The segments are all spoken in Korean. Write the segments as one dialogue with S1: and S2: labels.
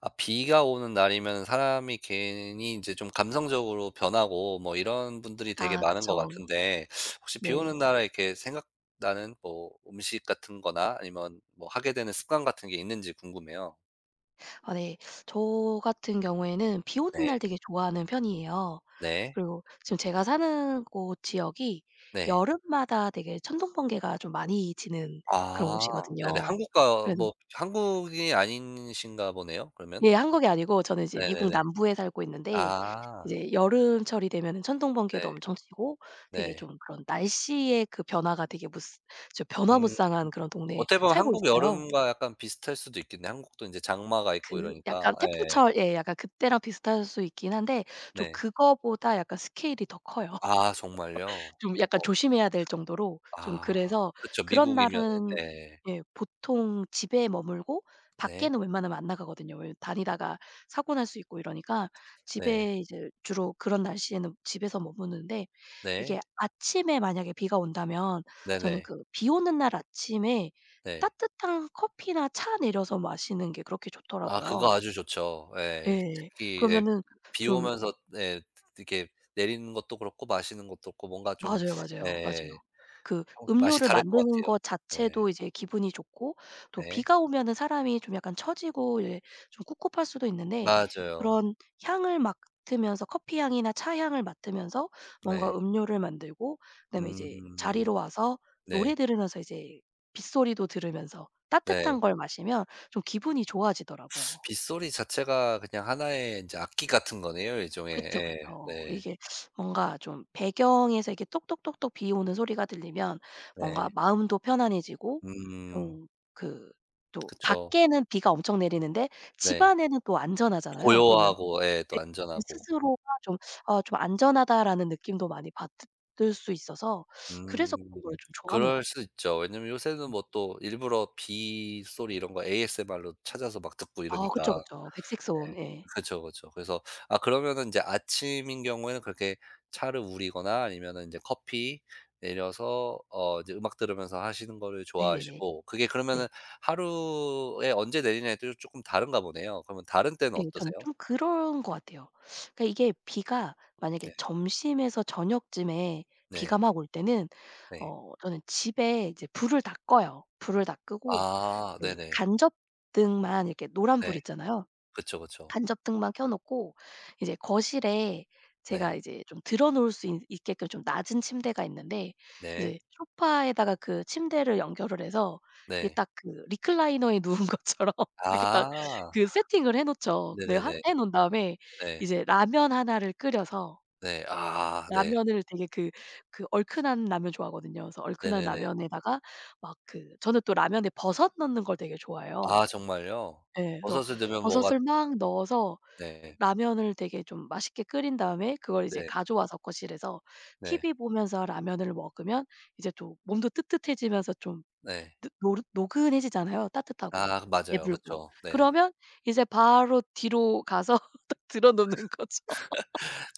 S1: 아 비가 오는 날이면 사람이 괜히 이제 좀 감성적으로 변하고 뭐 이런 분들이 되게
S2: 아
S1: 많은 것
S2: 그쵸.
S1: 같은데, 혹시 비 오는
S2: 네네.
S1: 날에 이렇게 생각나는 뭐 음식 같은 거나 아니면 뭐 하게 되는 습관 같은 게 있는지 궁금해요.
S2: 아 네. 저 같은 경우에는 비 오는
S1: 네.
S2: 날 되게 좋아하는 편이에요.
S1: 네.
S2: 그리고 지금 제가 사는 곳 지역이
S1: 네.
S2: 여름마다 되게 천둥, 번개가 좀 많이 치는 그런
S1: 아 네네.
S2: 곳이거든요.
S1: 한국과
S2: 그래서
S1: 뭐 한국이 아니신가 보네요 그러면?
S2: 예 한국이 아니고 저는 이제 미국
S1: 네네네.
S2: 남부에 살고 있는데
S1: 아
S2: 이제 여름철이 되면은 천둥,
S1: 네.
S2: 번개도 엄청 치고 되게
S1: 네.
S2: 좀 그런 날씨의 그 변화가 되게 무스 저
S1: 음.
S2: 변화무쌍한 그런 동네에
S1: 어떻게 보면
S2: 살고
S1: 한국
S2: 있어요.
S1: 여름과 약간 비슷할 수도 있겠네요. 한국도 이제 장마가 있고
S2: 그 약간
S1: 이러니까. 네.
S2: 태풍철 예 약간 그때랑 비슷할 수 있긴 한데 좀
S1: 네.
S2: 그거보다 약간 스케일이 더 커요.
S1: 아 정말요?
S2: 좀 약간
S1: 어어.
S2: 조심해야 될 정도로 좀
S1: 아
S2: 그래서
S1: 그쵸.
S2: 그런
S1: 미국이면은
S2: 날은
S1: 네.
S2: 예 보통 집에 머물고
S1: 네.
S2: 밖에는 웬만하면 안 나가거든요. 왜냐면 다니다가 사고 날 수 있고 이러니까
S1: 네.
S2: 집에 이제 주로 그런 날씨에는 집에서 머무는데 이게
S1: 네.
S2: 아침에 만약에 비가 온다면 저는
S1: 네네.
S2: 그 비 오는 날 아침에
S1: 네.
S2: 따뜻한 커피나 차 내려서 마시는 게 그렇게
S1: 아 그거
S2: 좋더라고요.
S1: 아주 좋죠. 예.
S2: 예.
S1: 특히 예
S2: 그러면은
S1: 비
S2: 좀
S1: 오면서 예 이렇게 내리는 것도 그렇고 마시는 것도 그렇고 뭔가 좀
S2: 맞아요, 맞아요.
S1: 예
S2: 맞아요. 그
S1: 평소 맛이
S2: 음료를
S1: 다를 것
S2: 만드는
S1: 같아요.
S2: 것
S1: 네.
S2: 자체도 이제 기분이 좋고 또
S1: 네.
S2: 비가 오면은 사람이 좀 약간 처지고 이제 좀 꿉꿉할 수도 있는데
S1: 맞아요.
S2: 그런 향을 맡으면서 커피 향이나 차 향을 맡으면서 뭔가
S1: 네.
S2: 음료를 만들고 그다음에 이제
S1: 음.
S2: 자리로 와서 노래
S1: 네.
S2: 들으면서 이제 빗소리도 들으면서
S1: 네.
S2: 따뜻한 걸 마시면 좀 기분이 좋아지더라고요.
S1: 빗소리 자체가 그냥 하나의 인제 악기 같은 거네요 일종의.
S2: 그쵸,
S1: 예.
S2: 그쵸.
S1: 네.
S2: 이게 뭔가 좀 배경에서 이렇게 똑똑똑똑 비 오는 소리가 들리면
S1: 네.
S2: 뭔가 마음도 편안해지고
S1: 음.
S2: 좀 그 또
S1: 그쵸.
S2: 밖에는 비가 엄청 내리는데 집
S1: 네.
S2: 안에는 또 안전하잖아요. 그러면
S1: 고요하고 예 또
S2: 내 제
S1: 안전하고.
S2: 스스로가 좀 '아 좀 안전하다.'라는 느낌도 많이 받을 수 있어서 그래서 그런 걸
S1: 음.
S2: 좀 좋아하는 것
S1: 그럴 수
S2: 같아요.
S1: 있죠. 왜냐면 요새는 뭐 또 일부러 비 소리 이런 거 ASMR로 찾아서 막 듣고
S2: 아 그쵸,
S1: 이러니까.
S2: 그쵸. 백색소음.
S1: 예.
S2: 예.
S1: 그쵸, 그쵸. 그래서 아 그러면은 인제 아침인 경우에는 그렇게 차를 우리거나 아니면은 인제 커피 내려서 이제 음악 들으면서 하시는 거를
S2: 네네네.
S1: 좋아하시고 그게
S2: 네.
S1: 그러면은 하루에 언제 내리냐에 따라 쪼끔 다른가 보네요. 그러면 다른 때는
S2: 네. 저는
S1: 어떠세요?
S2: 좀 그런 것 같아요. 그러니까 이게 비가 만약에
S1: 네.
S2: 점심에서 저녁쯤에 비가
S1: 네.
S2: 막 올 때는
S1: 네.
S2: 저는 집에 이제 불을 다 꺼요. 불을 다 끄고
S1: 아
S2: 그
S1: 네네.
S2: 간접등만 이렇게 노란
S1: 네.
S2: 불 있잖아요.
S1: 그쵸, 그쵸.
S2: 간접등만 켜 놓고 이제 거실에 제가
S1: 네.
S2: 이제 좀 들어 놓을 수 있 있게끔 좀 낮은 침대가 있는데
S1: 네.
S2: 이제 소파에다가 그 침대를 연결을 해서 이게
S1: 네.
S2: 딱 그 리클라이너에 누운 것처럼 이렇게 딱
S1: 아.
S2: 그 세팅을 해 놓죠. 근데 하
S1: 네네네.
S2: 해 놓은 다음에
S1: 네.
S2: 이제 라면 하나를 끓여서
S1: 네. 아 네.
S2: 라면을 되게 그 얼큰한 라면 좋아하거든요. 그래서 얼큰한
S1: 네네네.
S2: 라면에다가 막 그 저는 또 라면에 버섯 넣는 걸 되게 좋아해요.
S1: 아 정말요?
S2: 예. 그래서
S1: 버섯을 넣으면 뭐가
S2: 버섯을 막 넣어서
S1: 네.
S2: 라면을 되게 좀 맛있게 끓인 다음에 그걸 이제
S1: 네.
S2: 가져와서 거실에서
S1: 네.
S2: TV 보면서 라면을 먹으면 이제 또 몸도 뜨뜻해지면서 좀
S1: 네.
S2: 느노 노근해지잖아요 따뜻하고
S1: 아 그 맞아요.
S2: 배불고.
S1: 그쵸. 네.
S2: 그러면 이제 바로 뒤로 가서 딱 들어 놓는 거죠.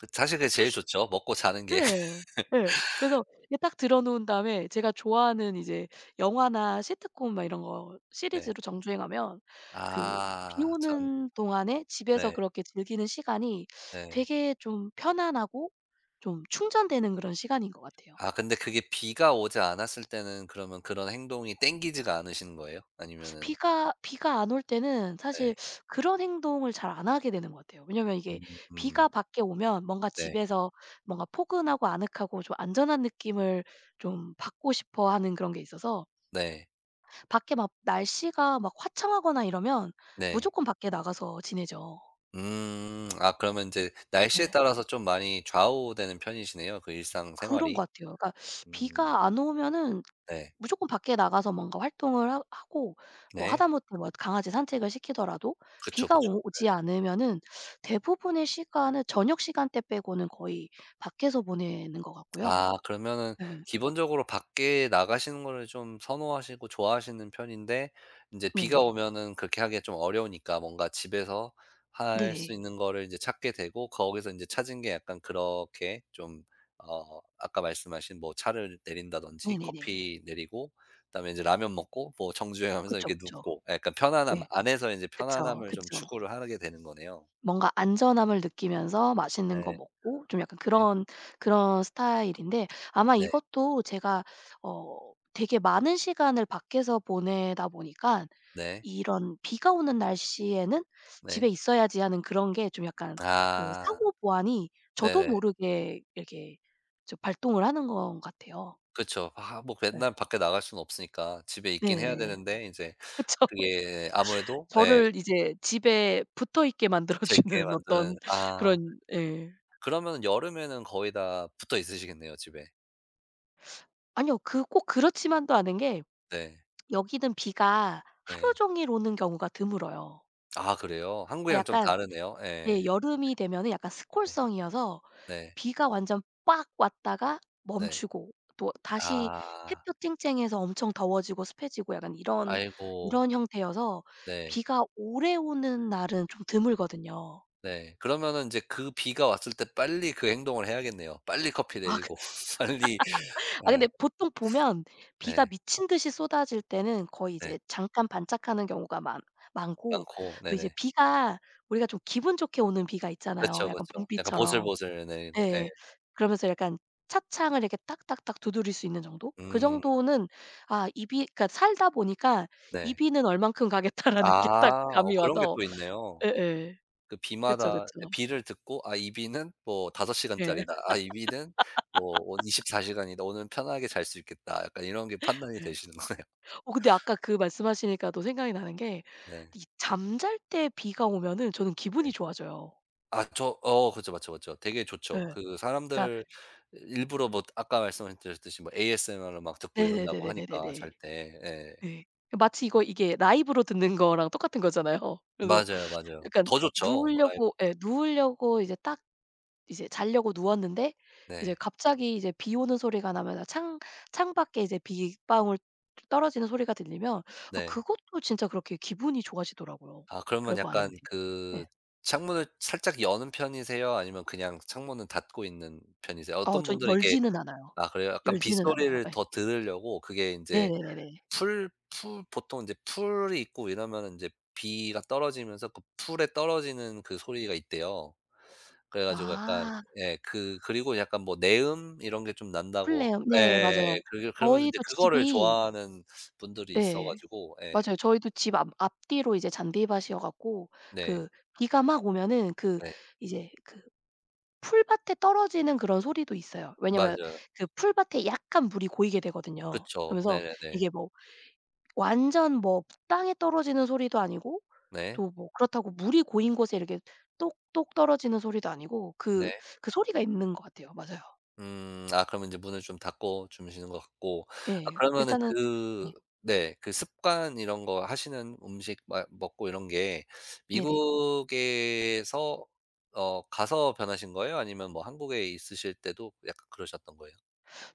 S1: 그 사실 그게 제일 좋죠. 먹고 자는 게.
S2: 예. 예. 그래서 이게 딱 들어 놓은 다음에 제가 좋아하는 이제 영화나 시트콤 막 이런 거
S1: 네.
S2: 시리즈로 정주행하면 그 비
S1: 아 참.
S2: 오는 동안에 집에서
S1: 네.
S2: 그렇게 즐기는 시간이
S1: 네.
S2: 되게 좀 편안하고 좀 충전되는 그런 시간인 것 같아요.
S1: 아 근데 그게 비가 오지 않았을 때는 그러면 그런 행동이 땡기지가 않으신 거예요? 아니면은
S2: 비가 안 올 때는
S1: 네.
S2: 사실 그런 행동을 잘 안 하게 되는 것 같아요. 왜냐면 이게
S1: 음. 음.
S2: 비가 밖에 오면 뭔가
S1: 네.
S2: 집에서 뭔가 포근하고 아늑하고 좀 안전한 느낌을 좀 받고 싶어 하는 그런 게 있어서
S1: 네.
S2: 밖에 막 날씨가 막 화창하거나 이러면
S1: 네.
S2: 무조건 밖에 나가서 지내죠.
S1: 음. 아 그러면 이제 날씨에
S2: 네.
S1: 따라서 좀 많이 좌우되는 편이시네요, 그
S2: 그런
S1: 일상생활이.
S2: 것 같아요. 그러니까
S1: 음.
S2: 비가 안 오면은
S1: 네.
S2: 무조건 밖에 나가서 뭔가 활동을 하 하고 뭐
S1: 네.
S2: 하다못해 뭐 강아지 산책을 시키더라도
S1: 그쵸,
S2: 비가
S1: 그쵸.
S2: 오 오지 않으면은 대부분의 시간은 저녁 시간대 빼고는 거의 밖에서 보내는 것 같고요.
S1: 아 그러면은
S2: 예.
S1: 기본적으로 밖에 나가시는 거를 좀 선호하시고 좋아하시는 편인데, 인제 비가
S2: 네네.
S1: 오면은 그렇게 하기가 좀 어려우니까 뭔가 집에서 할
S2: 네네.
S1: 수 있는 거를 이제 찾게 되고, 거기서 인제 찾은 게 약간 그렇게 좀 아까 말씀하신 뭐 차를 내린다든지
S2: 네네네네.
S1: 커피 내리고 그다음에 인제 라면 먹고 뭐 정주행하면서
S2: 그쵸,
S1: 이렇게
S2: 그쵸.
S1: 눕고 약간 편안함
S2: 예.
S1: 안에서 인제
S2: 그쵸,
S1: 편안함을 좀
S2: 그쵸.
S1: 추구를 하게 되는 거네요.
S2: 뭔가 안전함을 느끼면서 맛있는 거
S1: 네.
S2: 먹고 좀 약간
S1: 네.
S2: 그런 스타일인데 아마
S1: 네.
S2: 이것도 제가 어 되게 많은 시간을 밖에서 보내다 보니까
S1: 네.
S2: 이런 비가 오는 날씨에는
S1: 네.
S2: '집에 있어야지.' 하는 그런 게 좀 약간 그
S1: 아.
S2: 상호 보완이 저도
S1: 네네.
S2: 모르게 이렇게 좀 발동을 하는 것 같아요.
S1: 그쵸. 아 뭐
S2: 네.
S1: 맨날 밖에 나갈 수는 없으니까 집에 있긴 해야
S2: 네네네.
S1: 되는데 이제
S2: 그쵸.
S1: 그게 아무래도 예
S2: 저를 이제 집에 붙어 있게 만들어
S1: 붙어 있게
S2: 주는
S1: 만드는
S2: 어떤
S1: 아.
S2: 그런 예.
S1: 그러면 여름에는 거의 다 붙어 있으시겠네요 집에.
S2: 아니요. 그 꼭 그렇지만도 않은 게
S1: 네.
S2: 여기는 비가 하루
S1: 네.
S2: 종일 오는 경우가 드물어요.
S1: 아 그래요?
S2: 아
S1: 한국이랑 좀
S2: 약간
S1: 다르네요.
S2: 예
S1: 예.
S2: 여름이 되면은 약간
S1: 네.
S2: 스콜성이어서
S1: 네.
S2: 비가 완전 빡 왔다가
S1: 네.
S2: 멈추고 또 다시
S1: 아.
S2: 햇볕 쨍쨍해서 엄청 더워지고 습해지고 약간 이런
S1: 아이고.
S2: 이런 형태여서
S1: 네.
S2: 비가 오래 오는 날은 좀 드물거든요.
S1: 네. 그러면은 인제 그 비가 왔을 때 빨리 그 행동을 해야겠네요. 빨리 커피 내리고
S2: 아
S1: 빨리
S2: 아
S1: 네.
S2: 근데 보통 보면 비가
S1: 네.
S2: 미친 듯이 쏟아질 때는 거의
S1: 네.
S2: 이제 잠깐 반짝하는 경우가 많 많고
S1: 많고
S2: 또 이제
S1: 네네.
S2: 비가 우리가 좀 기분 좋게 오는 비가 있잖아요.
S1: 그쵸,
S2: 약간
S1: 그쵸. 약간
S2: 봄비처럼.
S1: 보슬보슬 내리고. 예.
S2: 예. 그러면서 약간 차창을 이렇게 딱딱딱 두드릴 수 있는 정도? 그
S1: 음.
S2: 정도는 아 이 비 그러니까 살다 보니까 '이
S1: 네.
S2: 비는 얼만큼 가겠다.'라는 게 딱
S1: 아어
S2: 감이
S1: 그런 게
S2: 와서
S1: 또 있네요.
S2: 예예.
S1: 그
S2: 그쵸,
S1: 비마다
S2: 그쵸.
S1: 예 비를 듣고 '아 이 비는 뭐 5
S2: 예.
S1: 시간짜리다. 아이 비는 뭐 오 24 시간이다. 오늘은 편하게 잘수 있겠다.' 약간 이런 게 판단이
S2: 예.
S1: 되시는 거네.
S2: 근데 아까 그 말씀하시니까 또 생각이 나는 게
S1: 네.
S2: 이 잠잘 때 비가 오면은 저는 기분이
S1: 네.
S2: 좋아져요.
S1: 아 저어 그죠. 맞죠, 맞죠. 되게 좋죠.
S2: 예.
S1: 그
S2: 그러니까
S1: 사람들 일부러 뭐 아까 말씀해 드렸듯이 뭐 ASMR을 막 듣고 이런다고 하니까
S2: 네네네네네네네.
S1: 잘 때. 예.
S2: 네. 마치 이거 이게 라이브로 듣는 거랑 똑같은 거잖아요. 그래서
S1: 맞아요, 맞아요.
S2: 약간
S1: 더 좋죠. 뭐 라이
S2: 누우려고 예 누우려고 이제 딱 이제 자려고 누웠는데 이제
S1: 네.
S2: 갑자기 이제 비 오는 소리가 나면 창 창밖에 이제 빗방울 떨어지는 소리가 들리면
S1: 네.
S2: 그것도 진짜 그렇게 기분이 좋아지더라고요
S1: 아 그러면
S2: 별거
S1: 약간
S2: 아닌데.
S1: 그
S2: 예.
S1: 창문을 살짝 여는 편이세요? 아니면 그냥 창문은 닫고 있는 편이세요? 어떤 분들은 이렇게
S2: 열지는 않아요.
S1: 아 그래요? 약간
S2: 열지는 않아요.
S1: 빗소리를
S2: 예.
S1: 더 들으려고 그게 이제
S2: 네네네네.
S1: 풀 보통 이제 풀이 있고 이러면은 제 비가 떨어지면서 그 풀에 떨어지는 그 소리가 있대요. 그래 가지고 약간
S2: 아
S1: 예 그리고 약간 뭐 내음 이런 게 좀
S2: 풀레
S1: 난다고
S2: 요네 맞아요.
S1: 예 그러 그러면서 이제
S2: 저희도
S1: 그거를
S2: 집이
S1: 좋아하는 분들이 있어
S2: 네,
S1: 가지고 예.
S2: 맞아요. 저희도 집 앞 앞뒤로 이제 잔디밭이어 갖고
S1: 네.
S2: 그 비가 막 오면은 그
S1: 네.
S2: 이제 그 풀밭에 떨어지는 그런 소리도 있어요. 왜냐면
S1: 맞아요.
S2: 그 풀밭에 약간 물이 고이게 되거든요.
S1: 그쵸.
S2: 그러면서
S1: 네네네.
S2: 이게 뭐 완전 뭐 땅에 떨어지는 소리도 아니고
S1: 네.
S2: 또 뭐 그렇다고 물이 고인 곳에 이렇게 똑똑 떨어지는 소리도 아니고 그
S1: 네.
S2: 그 소리가 있는 것 같아요. 맞아요.
S1: 음. 아 그러면 인제 문을 좀 닫고 주무시는 것 같고 아
S2: 예.
S1: 그러면은
S2: 일단은
S1: 그
S2: 네.
S1: 네 그 습관 이런 거 하시는 음식 막 먹고 이런 게
S2: 네네.
S1: 미국에서 가서 변하신 거예요? 아니면 뭐 한국에 있으실 때도 약간 그러셨던 거예요?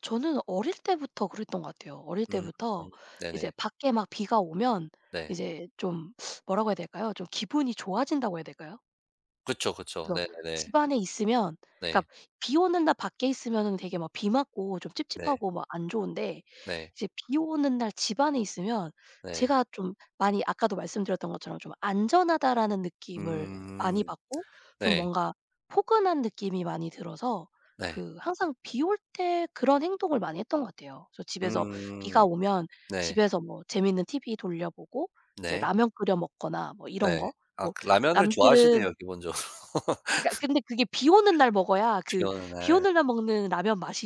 S2: 저는 어릴 때부터 그랬던 것 같아요. 어릴
S1: 음.
S2: 때부터 이제
S1: 네네.
S2: 밖에 막 비가 오면
S1: 네.
S2: 이제 좀 뭐라고 해야 될까요? 좀 기분이 좋아진다고 해야 될까요?
S1: 그쵸, 그쵸.
S2: 그래서
S1: 네네네.
S2: 집 안에 있으면
S1: 네.
S2: 그러니까 비 오는 날 밖에 있으면은 되게 막 비 맞고 좀
S1: 네. 네.
S2: 찝찝하고 막 안 좋은데
S1: 네.
S2: 이제 비 오는 날 집 안에 있으면
S1: 네.
S2: 제가 좀 많이 아까도 말씀드렸던 것처럼 좀 '안전하다.'라는 느낌을
S1: 음.
S2: 많이 받고 좀
S1: 네.
S2: 뭔가 포근한 느낌이 많이 들어서
S1: 네.
S2: 그 항상 비올 때 그런 행동을 많이 했던 것 같아요. 그래서 집에서 비가
S1: 음.
S2: 오면
S1: 네.
S2: 집에서 뭐 재밌는 TV 돌려보고 이제
S1: 네.
S2: 라면 끓여 먹거나 뭐 이런
S1: 네.
S2: 거
S1: 아
S2: 뭐
S1: 그 라면을
S2: 남들은
S1: 좋아하시네요 기본적으로.
S2: 그러니까 근데 그게 비 오는 날 먹어야
S1: 비
S2: 그
S1: 오는
S2: 비
S1: 날.
S2: 오는 날 먹는 라면 맛이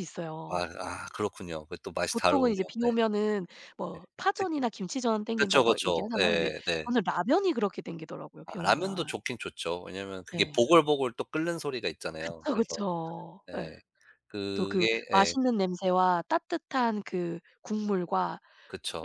S1: 아
S2: 있어요.
S1: 아 그렇군요. 그게 또 맛이
S2: 보통은
S1: 다르군요.
S2: 이제 비
S1: 네.
S2: 오면은 뭐
S1: 그
S2: 파전이나 김치전
S1: 그쵸,
S2: 땡긴다고
S1: 그쵸.
S2: 얘기하잖아요. 근데
S1: 예예 네.
S2: 저는 라면이 그렇게 땡기더라고요, 비
S1: 아
S2: 오는
S1: 라면도
S2: 날.
S1: 좋긴 좋죠. 왜냐면 그게
S2: 예.
S1: 보글보글 또 끓는 소리가 있잖아요.
S2: 그쵸,
S1: 그래서
S2: 그쵸. 예.
S1: 예.
S2: 또 그
S1: 그게 예
S2: 맛있는 냄새와 따뜻한 그 국물과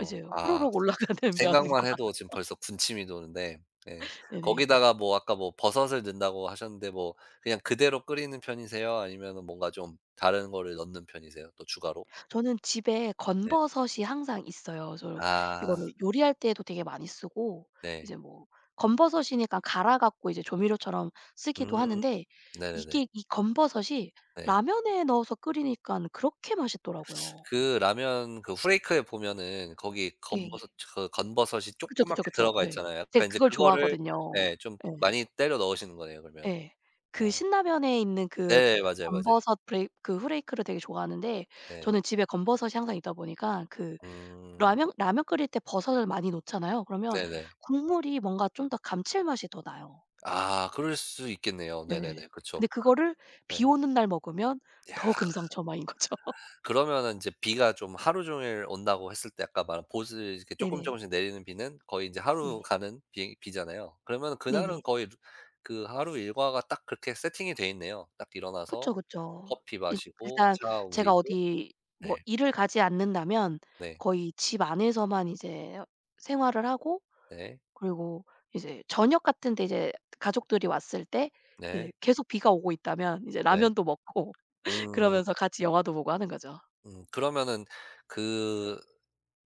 S2: 이제
S1: 아
S2: 호로록 올라가는
S1: 생각만
S2: 면과
S1: 해도 지금 벌써 군침이 도는데 예.
S2: 네네.
S1: 거기다가 뭐 아까 뭐 버섯을 넣는다고 하셨는데 뭐 그냥 그대로 끓이는 편이세요? 아니면은 뭔가 좀 다른 거를 넣는 편이세요? 또 추가로?
S2: 저는 집에
S1: 네.
S2: 건버섯이 항상 있어요. 저
S1: 아
S2: 이거를 요리할 때에도 되게 많이 쓰고
S1: 네.
S2: 이제 뭐 건버섯이니까 갈아 갖고 이제 조미료처럼 쓰기도
S1: 음
S2: 하는데
S1: 네네네.
S2: 이게 이 건버섯이
S1: 네.
S2: 라면에 넣어서 끓이니깐 그렇게 맛있더라고요.
S1: 그 라면 그 후레이크에 보면은 거기 건버섯
S2: 예.
S1: 그 건버섯이
S2: 그쵸, 그쵸,
S1: 조그맣게
S2: 그쵸.
S1: 들어가
S2: 예.
S1: 있잖아요. 약간
S2: 제가
S1: 인제
S2: 그걸
S1: 그거를
S2: 좋아하거든요.
S1: 예 좀
S2: 예.
S1: 많이 때려 넣으시는 거네요 그러면.
S2: 예. 그
S1: 아
S2: 신라면에 있는 그
S1: 네 맞아요, 맞아요.
S2: 건버섯 브레이 그 후레이크를 되게 좋아하는데
S1: 네.
S2: 저는 집에 건버섯이 항상 있다 보니까 그
S1: 음
S2: 라면 끓일 때 버섯을 많이 넣잖아요. 그러면
S1: 네네.
S2: 국물이 뭔가 좀 더 감칠맛이 더 나요.
S1: 아 그럴 수 있겠네요.
S2: 예.
S1: 네네네. 그쵸.
S2: 근데
S1: 그
S2: 그거를 비
S1: 네.
S2: 오는 날 먹으면 더 금상첨화인 거죠.
S1: 그러면은 이제 비가 좀 하루 종일 온다고 했을 때 아까 말한 보슬 이렇게 조금 조금
S2: 네네.
S1: 씩 내리는 비는 거의 이제 하루
S2: 네네.
S1: 가는 비 비잖아요. 그러면 그날은
S2: 네네.
S1: 거의 루 그 하루 일과가 딱 그렇게 세팅이 돼 있네요. 딱 일어나서
S2: 그쵸, 그쵸.
S1: 커피
S2: 일
S1: 마시고
S2: 일단
S1: 차
S2: 제가
S1: 우리고
S2: 어디 뭐
S1: 네.
S2: 일을 가지 않는다면
S1: 네.
S2: 거의 집 안에서만 이제 생활을 하고
S1: 네.
S2: 그리고 이제 저녁 같은 데 이제 가족들이 왔을 때 이제
S1: 네.
S2: 계속 비가 오고 있다면 이제
S1: 네.
S2: 라면도 먹고
S1: 음.
S2: 그러면서 같이 영화도 보고 하는 거죠.
S1: 음. 그러면은 그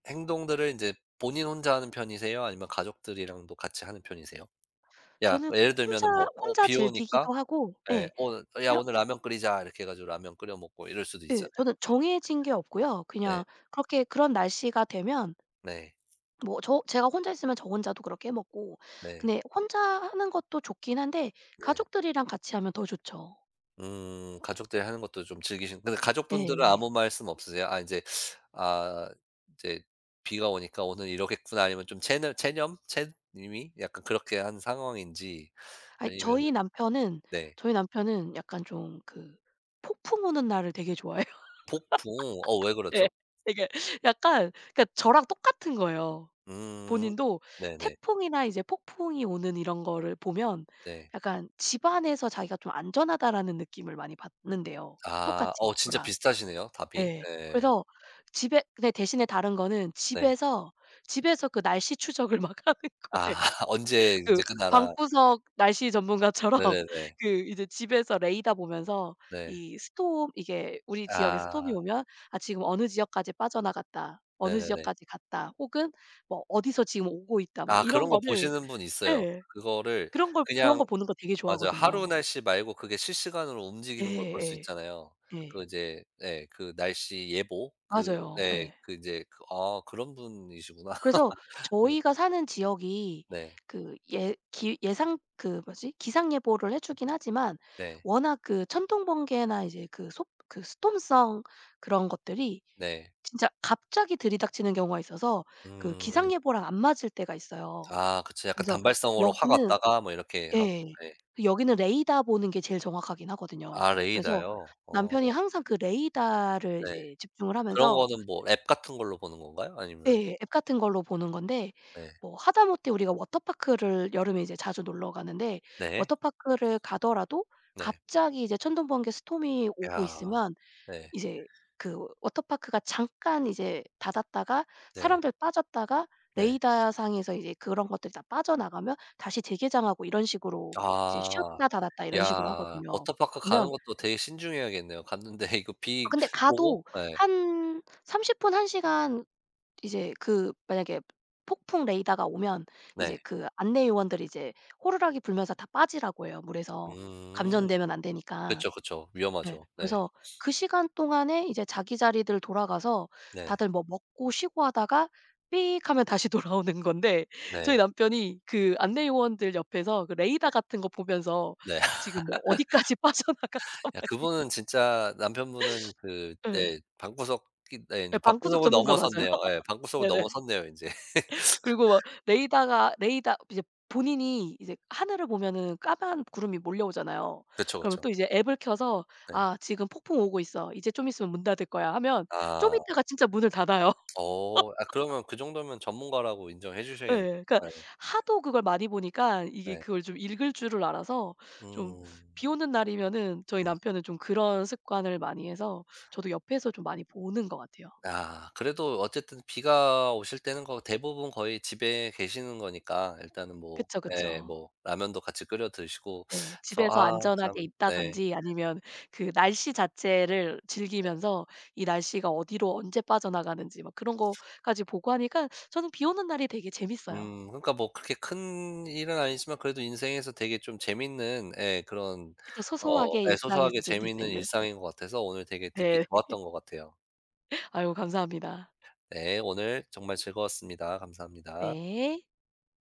S1: 행동들을 이제 본인 혼자 하는 편이세요? 아니면 가족들이랑도 같이 하는 편이세요? 야
S2: 저는
S1: 예를
S2: 혼자
S1: 들면은 뭐
S2: 혼자
S1: 비 오니까
S2: 즐기기도 하고
S1: 네.
S2: 예.
S1: 오늘 어, "야
S2: 그냥
S1: 오늘 라면 끓이자." 이렇게 해 가지고 라면 끓여 먹고 이럴 수도
S2: 예
S1: 있잖아요.
S2: 저는 정해진 게 없고요.
S1: 네.
S2: 그냥 그렇게 그런 날씨가 되면
S1: 네.
S2: 뭐 제가 혼자 있으면 저 혼자도 그렇게 해 먹고
S1: 네.
S2: 근데 혼자 하는 것도 좋긴 한데
S1: 네.
S2: 가족들이랑 같이 하면 더 좋죠.
S1: 음. 가족들이 하는 것도 좀 즐기신 근데 가족분들은
S2: 예.
S1: 아무 말씀 없으세요? 아 인제 아 이제 '비가 오니까 오늘 이러겠구나.' 아니면 좀 체념? 체님이 약간 그렇게 한 상황인지
S2: 아이
S1: 아니면은
S2: 저희 남편은
S1: 네.
S2: 저희 남편은 약간 좀 그 폭풍 오는 날을 되게 좋아해요.
S1: 폭풍. 왜 그렇죠?
S2: 예. 되게 약간 그러니까 저랑 똑같은 거예요.
S1: 음.
S2: 본인도
S1: 네네.
S2: 태풍이나 이제 폭풍이 오는 이런 거를 보면
S1: 네.
S2: 약간 집 안에서 자기가 좀 안전하다라는 느낌을 많이 받는대요,
S1: 아.
S2: 똑같이
S1: 어 진짜
S2: 저랑.
S1: 비슷하시네요 답이.
S2: 예.
S1: 네.
S2: 그래서 집에 근데 대신에 다른 거는
S1: 네.
S2: 집에서 그 날씨 추적을 막 하는
S1: 아.
S2: 거예요.
S1: "언제 인제
S2: 그
S1: 끝나나."
S2: 방구석 날씨 전문가처럼
S1: 네네네.
S2: 그 이제 집에서 레이더 보면서
S1: 네.
S2: 이 스톰 이게 우리 지역에 스톰이
S1: 아
S2: 오면 '아 지금 어느 지역까지 빠져나갔다. 어느
S1: 네네네.
S2: 지역까지 갔다.' 혹은 뭐 '어디서 지금 오고 있다.' 막
S1: 아
S2: 이런
S1: 그런 거
S2: 거를
S1: 보시는 분 있어요.
S2: 예.
S1: 그거를
S2: 그런 걸 그런
S1: 그냥
S2: 거 보는 거 되게
S1: 맞아요. 하루
S2: 좋아하거든요.
S1: 날씨 말고 그게 실시간으로 움직이는 걸 볼 수
S2: 예예.
S1: 있잖아요.
S2: 예.
S1: 그
S2: 예.
S1: 이제 예 그 날씨 예보 그
S2: 맞아요.
S1: 네
S2: 예.
S1: 그 인제 그 아 그런 분이시구나.
S2: 그래서 저희가 사는 지역이
S1: 네.
S2: 그 예 기 예상 그 뭐지? 기상 예보를 해 주긴 하지만
S1: 네.
S2: 워낙 그 천둥 번개나 이제 그 소 그 스톰성 그런 것들이
S1: 네.
S2: 진짜 갑자기 들이닥치는 경우가 있어서 그
S1: 음.
S2: 기상 예보랑 안 맞을 때가 있어요.
S1: 아 그쵸. 약간
S2: 그래서
S1: 단발성으로 확
S2: 여기는
S1: 왔다가 뭐 이렇게 하고
S2: 예.
S1: 예.
S2: 그 여기는 레이더 보는 게 제일 정확하긴 하거든요.
S1: 아
S2: 그래서
S1: 레이더요? 어
S2: 남편이 항상 그 레이더를
S1: 네.
S2: 이제 집중을
S1: 그런
S2: 하면서
S1: 거는 뭐 앱 같은 걸로 보는 건가요? 아니면
S2: 네. 앱 같은 걸로 보는 건데
S1: 네.
S2: 뭐 하다못해 우리가 워터파크를 여름에 이제 자주 놀러 가는데
S1: 네.
S2: 워터파크를 가더라도
S1: 네.
S2: 갑자기 이제 천둥번개 스톰이 오고
S1: 야.
S2: 있으면
S1: 네.
S2: 이제 그 워터파크가 잠깐 이제 닫았다가
S1: 네.
S2: 사람들 빠졌다가
S1: 네.
S2: 레이더 상에서 이제 그런 것들이 다 빠져나가면 다시 재개장하고 이런 식으로 이제
S1: 아.
S2: 쉬었다 닫았다 이런 식으로
S1: 야
S2: 하거든요.
S1: 워터파크 가는
S2: 그러면
S1: 것도 되게 신중해야겠네요. 갔는데 이거
S2: 아
S1: 비
S2: 근데
S1: 보고
S2: 가도
S1: 예.
S2: 한 30 분, 1 시간 이제 그 만약에 폭풍 레이더가 오면 이제
S1: 네.
S2: 그 안내 요원들이 이제 호루라기 불면서 다 빠지라고 해요, 물에서.
S1: 음.
S2: 감전되면 안 되니까.
S1: 그쵸, 그쵸.
S2: 예.
S1: 위험하죠. 네.
S2: 그래서 그 시간 동안에 이제 자기 자리들 돌아가서
S1: 네.
S2: 다들 뭐 먹고 쉬고 하다가 삑 하면 다시 돌아오는 건데
S1: 네.
S2: 저희 남편이 그 안내 요원들 옆에서 그 레이더 같은 거 보면서
S1: 네.
S2: 지금 뭐 어디까지 빠져나갔다 막
S1: 야
S2: 이
S1: 그분은 진짜 남편분은 그
S2: 예.
S1: 네 방구석이 네
S2: 예
S1: 인제
S2: 방구석
S1: 방구석을
S2: 전문가 맞아요.
S1: 넘어섰네요. 예. 방구석을
S2: 네네.
S1: 넘어섰네요 인제.
S2: 그리고 막내다가 레이다 이제 본인이 이제 하늘을 보면은 까만 구름이 몰려오잖아요.
S1: 그쵸,
S2: 그러면
S1: 그쵸.
S2: 또 이제 앱을 켜서
S1: 네.
S2: '아 지금 폭풍 오고 있어. 이제 좀 있으면 문 닫을 거야.' 하면 좀
S1: 아.
S2: 있다가 진짜 문을 닫아요.
S1: 어. 아 그러면 그 정도면 전문가라고 인정해
S2: 예.
S1: 주셔야겠
S2: 그러니까
S1: 예.
S2: 하도 그걸 많이 보니까 이게
S1: 네.
S2: 그걸 좀 읽을 줄을 알아서 좀
S1: 음.
S2: 비 오는 날이면은 저희
S1: 네.
S2: 남편은 좀 그런 습관을 많이 해서 저도 옆에서 좀 많이 보는 것 같아요.
S1: 아 그래도 어쨌든 비가 오실 때는 거 대부분 거의 집에 계시는 거니까 일단은 뭐
S2: 그쵸,
S1: 예
S2: 그쵸.
S1: 뭐 라면도 같이 끓여 드시고
S2: 예.
S1: 그래서
S2: 집에서
S1: 아 네. 참
S2: 안전하게
S1: 네.
S2: 있다든지 아니면 그 날씨 자체를 즐기면서 이 날씨가 어디로 언제 빠져나가는지 막 그런 거까지 보고 하니까 저는 비 오는 날이 되게 재밌어요.
S1: 그러니까 뭐 그렇게 큰 일은 아니지만 그래도 인생에서 되게 좀 재밌는 예 그런
S2: 그쵸.
S1: 어
S2: 소소하게
S1: 예 소소하게
S2: 일상에서
S1: 재
S2: 즐길
S1: 밌
S2: 수
S1: 는
S2: 있는.
S1: 일상인 것 같아서 오늘 되게 듣기
S2: 네.
S1: 좋았던 것 같아요.
S2: 아고 감사합니다.
S1: 네 오늘 정말 즐거웠습니다. 감사합니다.
S2: 네.